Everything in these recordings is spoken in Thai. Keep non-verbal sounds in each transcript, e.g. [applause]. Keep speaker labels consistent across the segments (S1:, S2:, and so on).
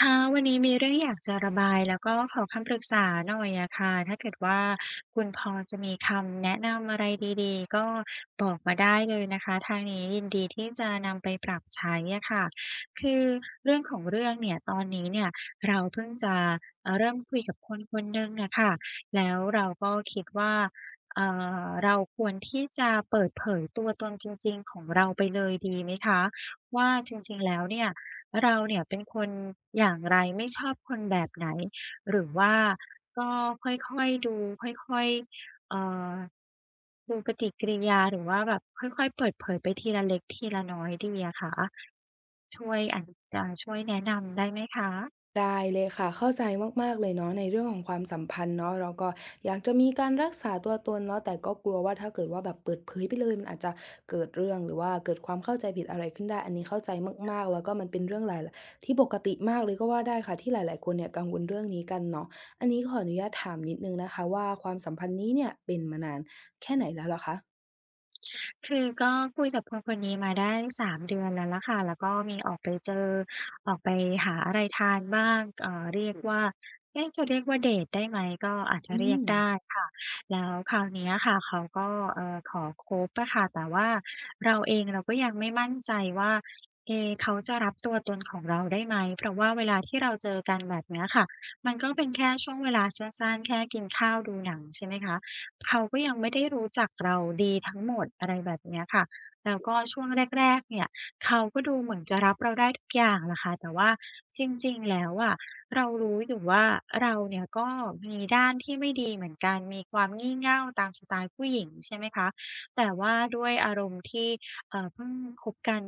S1: ค่ะวันนี้มีเรื่องอยากจะระบายแล้วก็ขอคำปรึกษาหน่อยอะค่ะถ้าเกิดว่าคุณพอจะมีคำแนะนำอะไรดีๆก็บอกมาได้เลยนะคะทางนี้ยินดีที่จะนำไปปรับใช้อะค่ะคือเรื่องของเรื่องเนี่ยตอนนี้เนี่ยเราเพิ่งจะเริ่มคุยกับคนคนหนึ่งอะค่ะแล้วเราก็คิดว่าเอ่เราควรที่จะเปิดเผยตัวตนจริงๆของเราไปเลยดีไหมคะว่าจริงๆแล้วเนี่ย เราเนี่ยเป็นคนอย่างไรไม่ชอบคนแบบไหนหรือว่าก็ค่อยๆดูค่อยๆอดูปฏิกิริยาหรือว่าแบบค่อยๆเปิดเผยไปทีละเล็กทีละน้อยดีอะคะช่วยอาจช่วยแนะนำได้ไหมคะ
S2: ได้เลยค่ะเข้าใจมากๆเลยเนาะในเรื่องของความสัมพันธ์เนาะเราก็อยากจะมีการรักษาตัวตนเนาะแต่ก็กลัวว่าถ้าเกิดว่าแบบเปิดเผยไปเลยมันอาจจะเกิดเรื่องหรือว่าเกิดความเข้าใจผิดอะไรขึ้นได้อันนี้เข้าใจมากๆแล้วก็มันเป็นเรื่องหลายลที่ปกติมากเลยก็ว่าได้ค่ะที่หลายๆคนเนี่ยกังวลเรื่องนี้กันเนาะอันนี้ขออนุญาตถามนิดนึงนะคะว่าความสัมพันธ์นี้เนี่ยเป็นมานานแค่ไหนแล้วเหรอคะ
S1: คือก็คุยกับคนคนนี้มาได้3 เดือนแล้วล่ะค่ะแล้วก็มีออกไปเจอออกไปหาอะไรทานบ้างเรียกว่าเอ๊ะจะเรียกว่าเดตได้ไหมก็อาจ
S2: อื
S1: จะเรียก
S2: ม
S1: ได้ค่ะแล้วคราวเนี้ยค่ะเขาก็ขอคบอะค่ะแต่ว่าเราเองเราก็ยังไม่มั่นใจว่าเอ๊เขาจะรับตัวตนของเราได้ไหมเพราะว่าเวลาที่เราเจอกันแบบเนี้ยค่ะมันก็เป็นแค่ช่วงเวลาสั้นๆแค่กินข้าวดูหนังใช่ไหมคะ เขาก็ยังไม่ได้รู้จักเราดีทั้งหมดอะไรแบบเนี้ยค่ะแล้วก็ช่วงแรกๆเนี่ยเขาก็ดูเหมือนจะรับเราได้ทุกอย่างแหละค่ะแต่ว่าจริงๆ แล้วอะเรารู้อยู่ว่าเราเนี่ยก็มีด้านที่ไม่ดีเหมือนกัน มีความงี่เง่าตามสไตล์ผู้หญิงใช่ไหมคะ แต่ว่าด้วยอารมณ์ที่เพิ่งคบกัน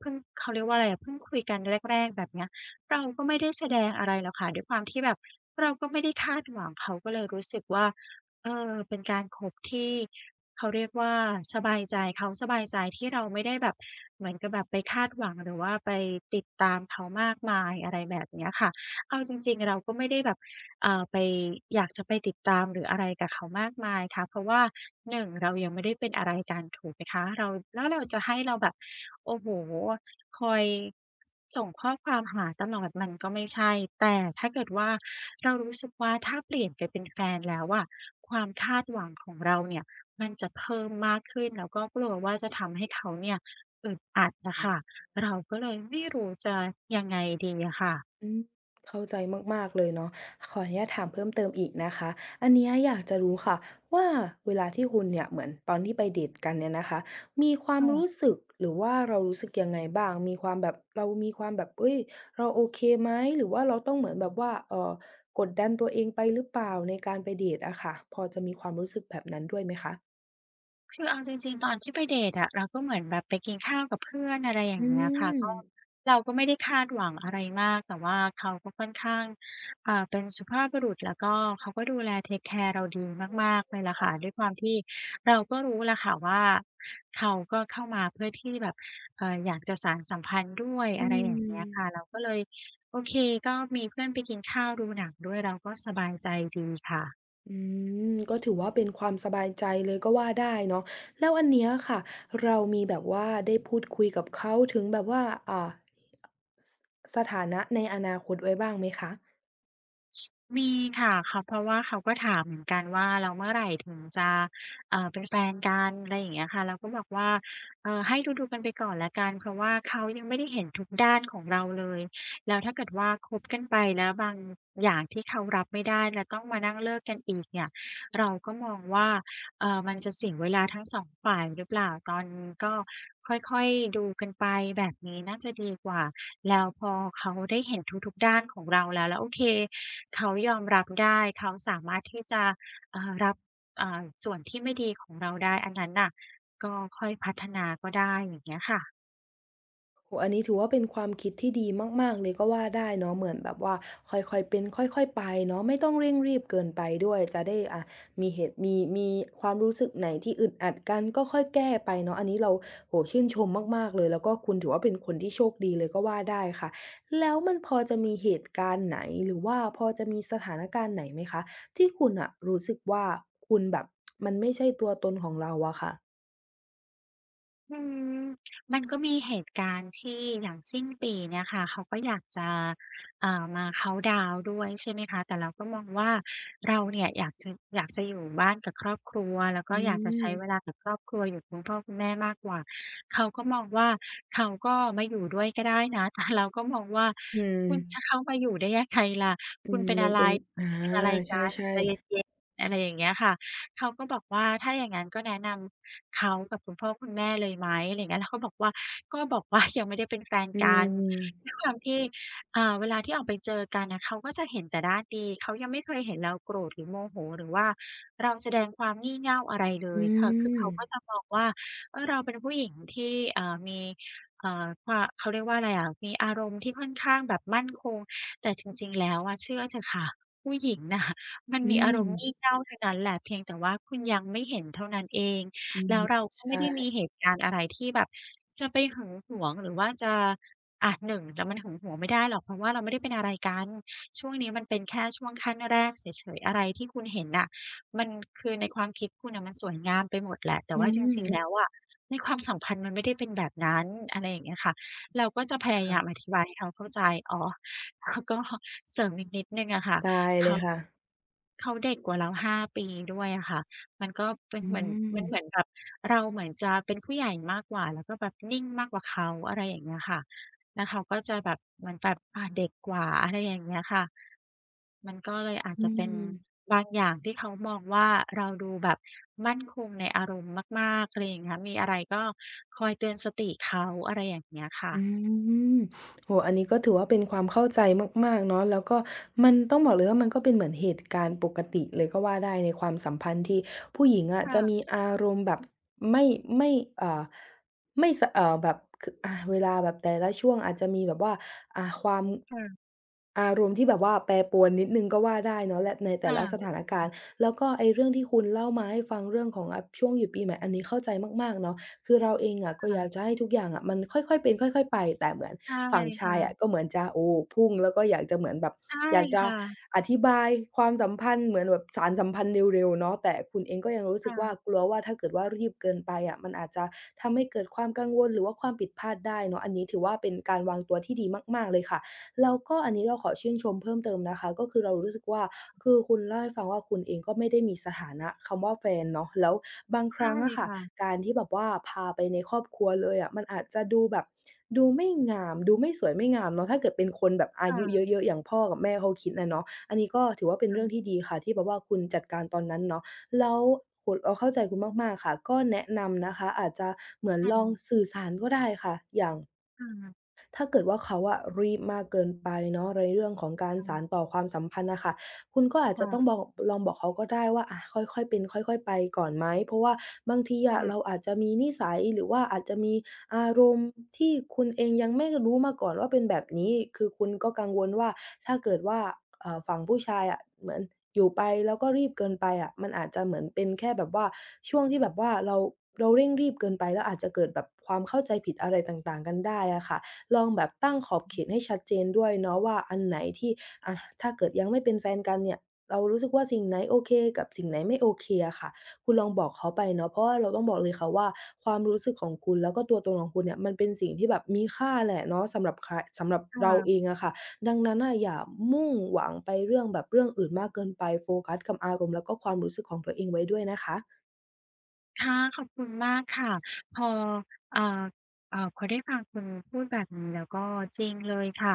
S1: เพิ่งเขาเรียกว่าอะไรอะเพิ่งคุยกันแรกๆแบบเนี้ยเราก็ไม่ได้แสดงอะไรหรอกค่ะด้วยความที่แบบเราก็ไม่ได้คาดหวังเขาก็เลยรู้สึกว่า เออเป็นการคบที่เขาเรียกว่าสบายใจเขาสบายใจที่เราไม่ได้แบบเหมือนกับแบบไปคาดหวังหรือว่าไปติดตามเขามากมายอะไรแบบเนี้ยค่ะเอาจริงๆเราก็ไม่ได้แบบ อ่าไปอยากจะไปติดตามหรืออะไรกับเขามากมายค่ะเพราะว่าหนึงเรายังไม่ได้เป็นอะไรกันถูกไหมคะเราแล้วเราจะให้เราแบบโอ้โฮคอยสส่งข้อความหาตลอดมันก็ไม่ใช่แต่ถ้าเกิดว่าเรารู้สึกว่าถ้าเปลี่ยนไปเป็นแฟนแล้วอะความคาดหวังของเราเนี่ยมันจะเพิ่มมากขึ้นแล้วก็กลัวว่าจะทำให้เขาเนี่ยอึดอัดน่ะค่ะเราก็เลยไม่รู้จะยังไงดีอะค่ะ
S2: อืมเข้าใจมากๆเลยเนาะขออนุญาตถามเพิ่มเติมอีกนะคะอันเนี้ยอยากจะรู้ค่ะว่าเวลาที่คุณเนี่ยเหมือนตอนที่ไปเดตกันเนี่ยนะคะมีความ
S1: ค่ะ
S2: รู้สึกหรือว่าเรารู้สึกยังไงบ้างมีความแบบเรามีความแบบเฮ้ยเราโอเคไหมหรือว่าเราต้องเหมือนแบบว่ากดดันตัวเองไปหรือเปล่าในการไปเดตอะค่ะพอจะมีความรู้สึกแบบนั้นด้วยไหมคะ
S1: คือเอาจริงๆตอนที่ไปเดตอะเราก็เหมือนแบบไปกินข้าวกับเพื่อนอะไรอ
S2: อื
S1: ย่างเงี้ยค่ะ
S2: ม
S1: ก็เราก็ไม่ได้คาดหวังอะไรมากแต่ว่าเขาก็ค่อนข้างเป็นสุภาพบุรุษแล้วก็เขาก็ดูแลเทกแคร์เราดีมากๆเลยล่ะค่ะ
S2: ค่ะ
S1: ด้วยความที่เราก็รู้แหละค่ะว่าเขาก็เข้ามาเพื่อที่แบบอยากจะสานสัมพันธ์ด้วย
S2: อื
S1: อะไรอย่างเงี้ยค่ะ
S2: ม
S1: เราก็เลยโอเคก็มีเพื่อนไปกินข้าวดูหนังด้วยเราก็สบายใจดีค่ะ
S2: อืมก็ถือว่าเป็นความสบายใจเลยก็ว่าได้เนาะแล้วอันเนี้ยค่ะเรามีแบบว่าได้พูดคุยกับเขาถึงแบบว่าอ่าสสถานะในอนาคตไว้บ้างไหมคะ
S1: มีค่ะเขาเพราะว่าเขาก็ถามเหมือนกันว่าแล้วเมื่อไหร่ถึงจะเป็นแฟนกันอะไรอย่างเงี้ยค่ะเราก็บอกว่าให้ดูๆกันไปก่อนแล้วกันเพราะว่าเขายังไม่ได้เห็นทุกด้านของเราเลยแล้วถ้าเกิดว่าคบกันไปแล้วบางอย่างที่เขารับไม่ได้แล้วต้องมานั่งเลิกกันอีกเนี่ยเราก็มองว่ามันจะเสียเวลาทั้งสองฝ่ายหรือเปล่าตอนนี้ก็ค่อยๆดูกันไปแบบนี้น่าจะดีกว่า แล้วพอเขาได้เห็นทุกๆด้านของเราแล้วแล้วโอเคเขายอมรับได้เขาสามารถที่จะรับส่วนที่ไม่ดีของเราได้อันนั้นน่ะก็ค่อยพัฒนาก็ได้อย่างเงี้ยค่ะ
S2: โอ้อันนี้ถือว่าเป็นความคิดที่ดีมากๆเลยก็ว่าได้เนาะเหมือนแบบว่าค่อยๆเป็นค่อยๆไปเนาะไม่ต้องเร่งรีบเกินไปด้วยจะได้มีเหตุมีความรู้สึกไหนที่อึดอัดกันก็ค่อยแก้ไปเนาะอันนี้เราโอ้โฮชื่นชมมากๆเลยแล้วก็คุณถือว่าเป็นคนที่โชคดีเลยก็ว่าได้ค่ะแล้วมันพอจะมีเหตุการณ์ไหนหรือว่าพอจะมีสถานการณ์ไหนไหมคะที่คุณน่ะรู้สึกว่าคุณแบบมันไม่ใช่ตัวตนของเราอะค่ะ
S1: อืมมันก็มีเหตุการณ์ที่อย่างสิ้นปีเนี่ยค่ะเขาก็อยากจะมาเคาน์ดาวน์ด้วยใช่ไหมคะแต่เราก็มองว่าเราเนี่ยอยากจะอยู่บ้านกับครอบครัวแล้ว
S2: อื
S1: ก็อยากจะใช้
S2: ม
S1: เวลากับครอบครัวอยู่กับคุณพ่อคุณแม่มากกว่าเขาก็มองว่าเขาก็มาอยู่ด้วยก็ได้นะ [laughs] แต่เราก็มองว่า
S2: อืม
S1: คุณจะเข้ามาอยู่ได้ยังไงล่ะ
S2: อื
S1: คุณ
S2: ม
S1: เป็น
S2: มัน
S1: อะไร
S2: เป็นอา
S1: ไม่เป็นอะไรกัน
S2: ใช่
S1: ใจเย็นๆอะไรอย่างเงี้ยค่ะ เขาก็บอกว่าถ้าอย่างงั้นก็แนะนำเขากับคุณพ่อคุณแม่เลยไหมอะไรอย่างเงี้ยแล้วเขาบอกว่าก็บอกว่ายังไม่ได้เป็นแฟน
S2: ๆอื
S1: กัน
S2: ม
S1: ด้วยความที่เวลาที่ออกไปเจอกันน่ะเขาก็จะเห็นแต่ด้านดีเขายังไม่เคยเห็นเราโกรธหรือโมโหหรือว่าเราแสดงความงี่เง่าอะไรเล
S2: อื
S1: ยคะคือเขาก็
S2: ม
S1: จะมองว่าเออเราเป็นผู้หญิงที่มีควาเขาเรียกว่าอะไรอะมีอารมณ์ที่ค่อนข้างแบบมั่นคงแต่จริงๆแล้วอะเชื่อเถอะค่ะผู้หญิงน่ะ มัน
S2: อื
S1: มีอาร
S2: ม
S1: มณ์งี่เง่าทั้งนั้นแหละเพียงแต่ว่าคุณยังไม่เห็นเท่านั้นเอง
S2: อื
S1: แล้
S2: ม
S1: วเราก็ไม่ได้
S2: ใช่
S1: มีเหตุการณ์อะไรที่แบบจะไปหึงหวงหรือว่าจะอะหนึ่งแต่มันหึงหวงไม่ได้หรอกเพราะว่าเราไม่ได้เป็นอะไรกันช่วงนี้มันเป็นแค่ช่วงขั้นแรกเฉยๆอะไรที่คุณเห็นน่ะมันคือในความคิดคุณน่ะมันสวยงามไปหมดแหละแต่
S2: อื
S1: ว่าจริงๆแล้ว
S2: ม
S1: อะในความสัมพันธ์มันไม่ได้เป็นแบบนั้นอะไรอย่างเงี้ยค่ะเราก็จะพยายาม
S2: ค่ะ
S1: อธิบายให้เขาเข้าใจอ๋อแล้วก็เสริมอีกนิดหนึ่งอะค่ะ
S2: ได้เล
S1: เขา
S2: ยค่ะ
S1: เขาเด็กกว่าเรา5 ปีด้วยอะค่ะมันก็เป็น
S2: อื
S1: เหมือน
S2: ม
S1: มันเหมือนแบบเราเหมือนจะเป็นผู้ใหญ่มากกว่าแล้วก็แบบนิ่งมากกว่าเขาอะไรอย่างเงี้ยค่ะแล้วเขาก็จะแบบเหมือนแบบเด็กกว่าอะไรอย่างเงี้ยค่ะมันก็เลยอาจ
S2: อื
S1: จะเป็น
S2: ม
S1: บางอย่างที่เขามองว่าเราดูแบบมั่นคงในอารมณ์มากๆอะไรอย่างเงี้ยมีอะไรก็คอยเตือนสติเขาอะไรอย่างเงี้ยค่ะ
S2: อืมโอ้โฮอันนี้ก็ถือว่าเป็นความเข้าใจมากๆเนาะแล้วก็มันต้องบอกเลยว่ามันก็เป็นเหมือนเหตุการณ์ปกติเลยก็ว่าได้ในความสัมพันธ์ที่ผู้หญิงอะจะ
S1: ค่
S2: มีอารมณ์แบบไม่ไม่เอ่อไม่สะแบบคืออาเวลาแบบแต่ละช่วงอาจจะมีแบบว่าความ
S1: ะ
S2: อารมณ์ที่แบบว่าแปรปรวนนิดหนึ่งก็ว่าได้เนาะและใน
S1: ๆ
S2: แต่ละส
S1: ค่ะ
S2: ถานการณ์แล้วก็ไอ้เรื่องที่คุณเล่ามาให้ฟังเรื่องของช่วงหยุดปีใหม่อันนี้เข้าใจมากๆเนาะ คือเราเองอะก็อยากจะให้ทุกอย่างอะมันค่อยๆเป็นค่อยๆไปแต่เหมือน
S1: ใช่
S2: ฝั่งชายอะ
S1: ค่ะ
S2: ก็เหมือนจะโอ้พุ่งแล้วก็อยากจะเหมือนแบบ
S1: ใช่
S2: อยากจะ
S1: ค่ะ
S2: อธิบายความสัมพันธ์เหมือนแบบสานสัมพันธ์เร็วๆเนาะแต่คุณเองก็ยังรู้สึกว่า
S1: ค่ะ
S2: กลัวว่าถ้าเกิดว่ารีบเกินไปอะมันอาจจะทำให้เกิดความกังวลหรือว่าความผิดพลาดได้เนาะอันนี้ถือว่าเป็นการวางตัวที่ดีมากๆเลยค่ะแล้วก็อันนี้เราขอชื่นชมเพิ่มเติมนะคะก็คือเรารู้สึกว่าคือคุณเล่าให้ฟังว่าคุณเองก็ไม่ได้มีสถานะคำว่าแฟนเนาะแล้วบางค
S1: ใช่
S2: รั้งอะค่ะ
S1: ค่ะ
S2: การที่แบบว่าพาไปในครอบครัวเลยอะมันอาจจะดูแบบดูไม่งามดูไม่สวยไม่งามเนาะถ้าเกิดเป็นคนแบบอายุ
S1: ค่ะ
S2: เยอะๆอย่างพ่อกับแม่เขาคิดอะเนาะอันนี้ก็ถือว่าเป็น
S1: ๆ
S2: เรื่องที่ดีค่ะที่แบบว่าคุณจัดการตอนนั้นเนาะแล้วคุณเราเข้าใจคุณมากๆค่ะก็แนะนำนะคะอาจจะเหมือน
S1: ค
S2: ลอง
S1: ่ะ
S2: สื่อสารก็ได้ค่ะอย่าง
S1: ค่
S2: ถ้าเกิดว่าเขาอะรีบมากเกินไปเนาะในเรื่องของการ
S1: ะ
S2: สานต่อความสัมพันธ์น่ะค่ะคุณก็อาจจะต้องบ
S1: ค่ะ
S2: อกลองบอกเขาก็ได้ว่าอะค่อยๆเป็นค่อยๆไปก่อนไหมเพราะว่าบางทีอะเรา
S1: ค่ะ
S2: อาจจะมีนิสัยหรือว่าอาจจะมีอารมณ์ที่คุณเองยังไม่รู้มาก่อนว่าเป็นแบบนี้คือคุณก็กังวลว่าถ้าเกิดว่าฝั่งผู้ชายอะเหมือนอยู่ไปแล้วก็รีบเกินไปอะมันอาจจะเหมือนเป็นแค่แบบว่าช่วงที่แบบว่าเราเราเร่งรีบเกินไปแล้วอาจจะเกิดแบบความเข้าใจผิดอะไรต่างๆกันได้อะค่ะ ลองแบบตั้งขอบเขตให้ชัดเจนด้วยเนาะว่าอันไหนที่อะถ้าเกิดยังไม่เป็นแฟนกันเนี่ยเรารู้สึกว่าสิ่งไหนโอเคกับสิ่งไหนไม่โอเคอะค่ะคุณลองบอกเขาไปเนาะเพราะว่าเราต้องบอกเลยค่ะว่าความรู้สึกของคุณแล้วก็ตัวตนของคุณเนี่ยมันเป็นสิ่งที่แบบมีค่าแหละเนาะสำหรับใครสำหรับเราเอ
S1: ค่ะ
S2: งอะค่ะดังนั้นน่ะอย่ามุ่งหวังไปเรื่องแบบเรื่องอื่นมากเกินไปโฟกัสกับอารมณ์แล้วก็ความรู้สึกของตัวเองไว้ด้วยนะคะ
S1: ค่ะขอบคุณมากค่ะ พอเอ่อพอได้ฟังคุณพูดแบบนี้แล้วก็จริงเลยค่ะ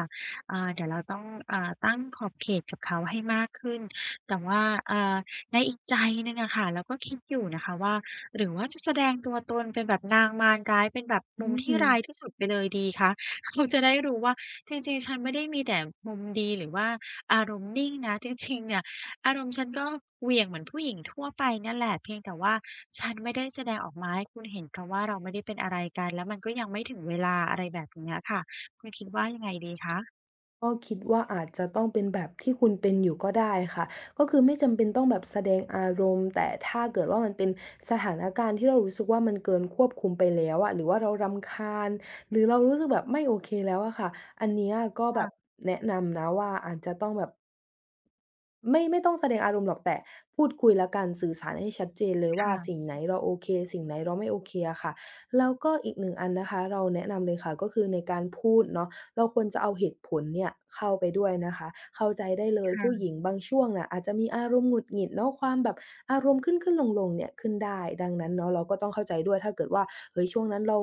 S1: เดี๋ยวเราต้องตั้งขอบเขตกับเขาให้มากขึ้น แต่ว่าอ่าในอีกใจหนึ่งอะค่ะเราก็คิดอยู่นะคะว่าหรือว่าจะแสดงตัวตนเป็นแบบนางมารร้ายเป็นแบบ
S2: อื
S1: มุม
S2: อ
S1: ที่
S2: ฮึ
S1: ร้ายที่สุดไปเลยดีคะ [laughs] เขาจะได้รู้ว่าจริงๆฉันไม่ได้มีแต่มุมดีหรือว่าอารมณ์นิ่งนะจริงๆเนี่ย อารมณ์ฉันก็เหวี่ยงเหมือนผู้หญิงทั่วไปเนี่ยแหละเพียงแต่ว่าฉันไม่ได้แสดงออกมาให้คุณเห็นเพราะว่าเราไม่ได้เป็นอะไรกันแล้วมันก็ยังไม่ถึงเวลาอะไรแบบเนี้ยค่ะคุณคิดว่ายังไงดีคะ
S2: ก็คิดว่าอาจจะต้องเป็นแบบที่คุณเป็นอยู่ก็ได้ค่ะก็คือไม่จำเป็นต้องแบบแสดงอารมณ์แต่ถ้าเกิดว่ามันเป็นสถานการณ์ที่เรารู้สึกว่ามันเกินควบคุมไปแล้วอะหรือว่าเรารำคาญหรือเรารู้สึกแบบไม่โอเคแล้วอะค่ะอันเนี้ยก็แบบ
S1: ค
S2: แนะนำนะว่าอาจจะต้องแบบ ไม่ต้องแสดงอารมณ์หรอกแต่พูดคุยแล้วกันสื่อสารให้ชัดเจนเลยว่า
S1: ่ะ
S2: สิ่งไหนเราโอเคสิ่งไหนเราไม่โอเคอะค่ะแล้วก็อีกหนึ่งอันนะคะเราแนะนำเลยค่ะก็คือในการพูดเนาะเราควรจะเอาเหตุผลเนี่ยเข้าไปด้วยนะคะเข้าใจได้
S1: ๆ
S2: เล
S1: ๆ
S2: ยผู้
S1: ค่ะ
S2: หญิงบางช่วงน่ะอาจจะมีอารมณ์หงุดหงิดเนาะความแบบอารมณ์ขึ้นๆลงๆเนี่ยขึ้นได้ดังนั้นเนาะเราก็ต้องเข้าใจด้วยถ้าเกิดว่าเฮ้ยช่วงนั้นเรา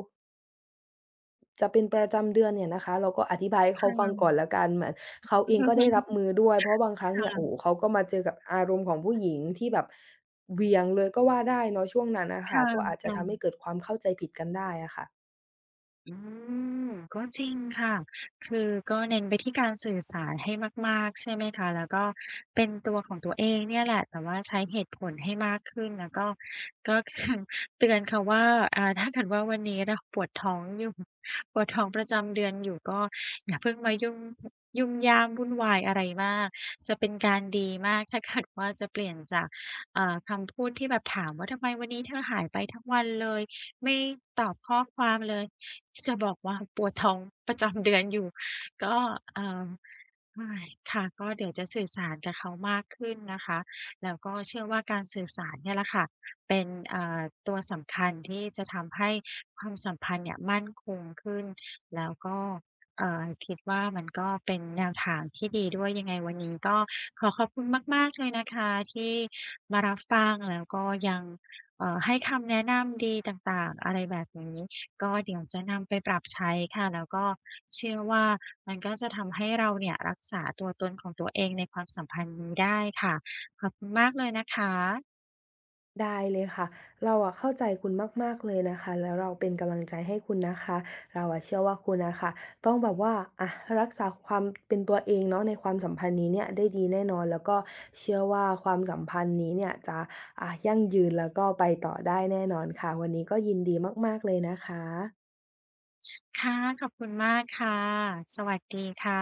S2: จะเป็นประจำเดือนเนี่ยนะคะเราก็อธิบายให้เขา
S1: ค่ะ
S2: ฟังก่อ
S1: ค่
S2: นแล้วกันเหมือนเขาเองก็ได้รับมือด้วยเพราะบางครั้งเนี่ยโอ้
S1: ะ
S2: โฮเขาก็มาเจอกับอารมณ์ของผู้หญิงที่แบบเหวี่ยงเลยก็ว่าได้เนาะช่วงนั้นน่ะ
S1: ค่
S2: ค่ะก็อาจจะทำให้
S1: ะ
S2: เกิดความเข้าใจผิดกันได้อะค่ะ
S1: อืมก็จริงค่ะคือก็เน้นไปที่การสื่อสารให้มากๆใช่ไหมคะแล้วก็เป็นตัวของตัวเองเนี่ยแหละแต่ว่าใช้เหตุผลให้มากขึ้นแล้วก็ก็คือเตือนเขาว่าถ้าเกิดว่าวันนี้เราปวดท้องอยู่ปวดท้องประจำเดือนอยู่ก็อย่าเพิ่งมายุ่งยุ่มย่ามวุ่นวายอะไรมากจะเป็นการดีมากถ้าเกิดว่าจะเปลี่ยนจากคำพูดที่แบบถามว่าทำไมวันนี้เธอหายไปทั้งวันเลย ไม่ตอบข้อความเลยจะบอกว่าปวดท้องประจำเดือนอยู่ก็เอ่อ ใช่าค่ะก็เดี๋ยวจะสื่อสารกับเขามากขึ้นนะคะแล้วก็เชื่อว่าการสื่อสารเนี่ยแหละค่ะเป็นอ่าตัวสำคัญที่จะทำให้ความสัมพันธ์เนี่ยมั่นคงขึ้นแล้วก็คิดว่ามันก็เป็นแนวทางที่ดีด้วยยังไงวันนี้ก็ขอขอบคุณมากๆเลยนะคะที่มารับฟังแล้วก็ยังให้คำแนะนำดีต่างๆอะไรแบบนี้ ก็เดี๋ยวจะนำไปปรับใช้ค่ะแล้วก็เชื่อว่ามันก็จะทำให้เราเนี่ยรักษาตัวตนของตัวเองในความสัมพันธ์นี้ได้ค่ะขอบคุณมากเลยนะคะ
S2: ได้เลยค่ะเราอะเข้าใจคุณมากๆเลยนะคะแล้วเราเป็นกำลังใจให้คุณนะคะเราอะเชื่อว่าคุณน่ะค่ะต้องแบบว่าอะรักษาความเป็นตัวเองเนาะในความสัมพันธ์นี้เนี่ยได้ดีแน่นอนแล้วก็เชื่อว่าความสัมพันธ์นี้เนี่ยจะยั่งยืนแล้วก็ไปต่อได้แน่นอนค่ะวันนี้ก็ยินดีมากๆเลยนะคะ
S1: ค่ะขอบคุณมากค่ะสวัสดีค่ะ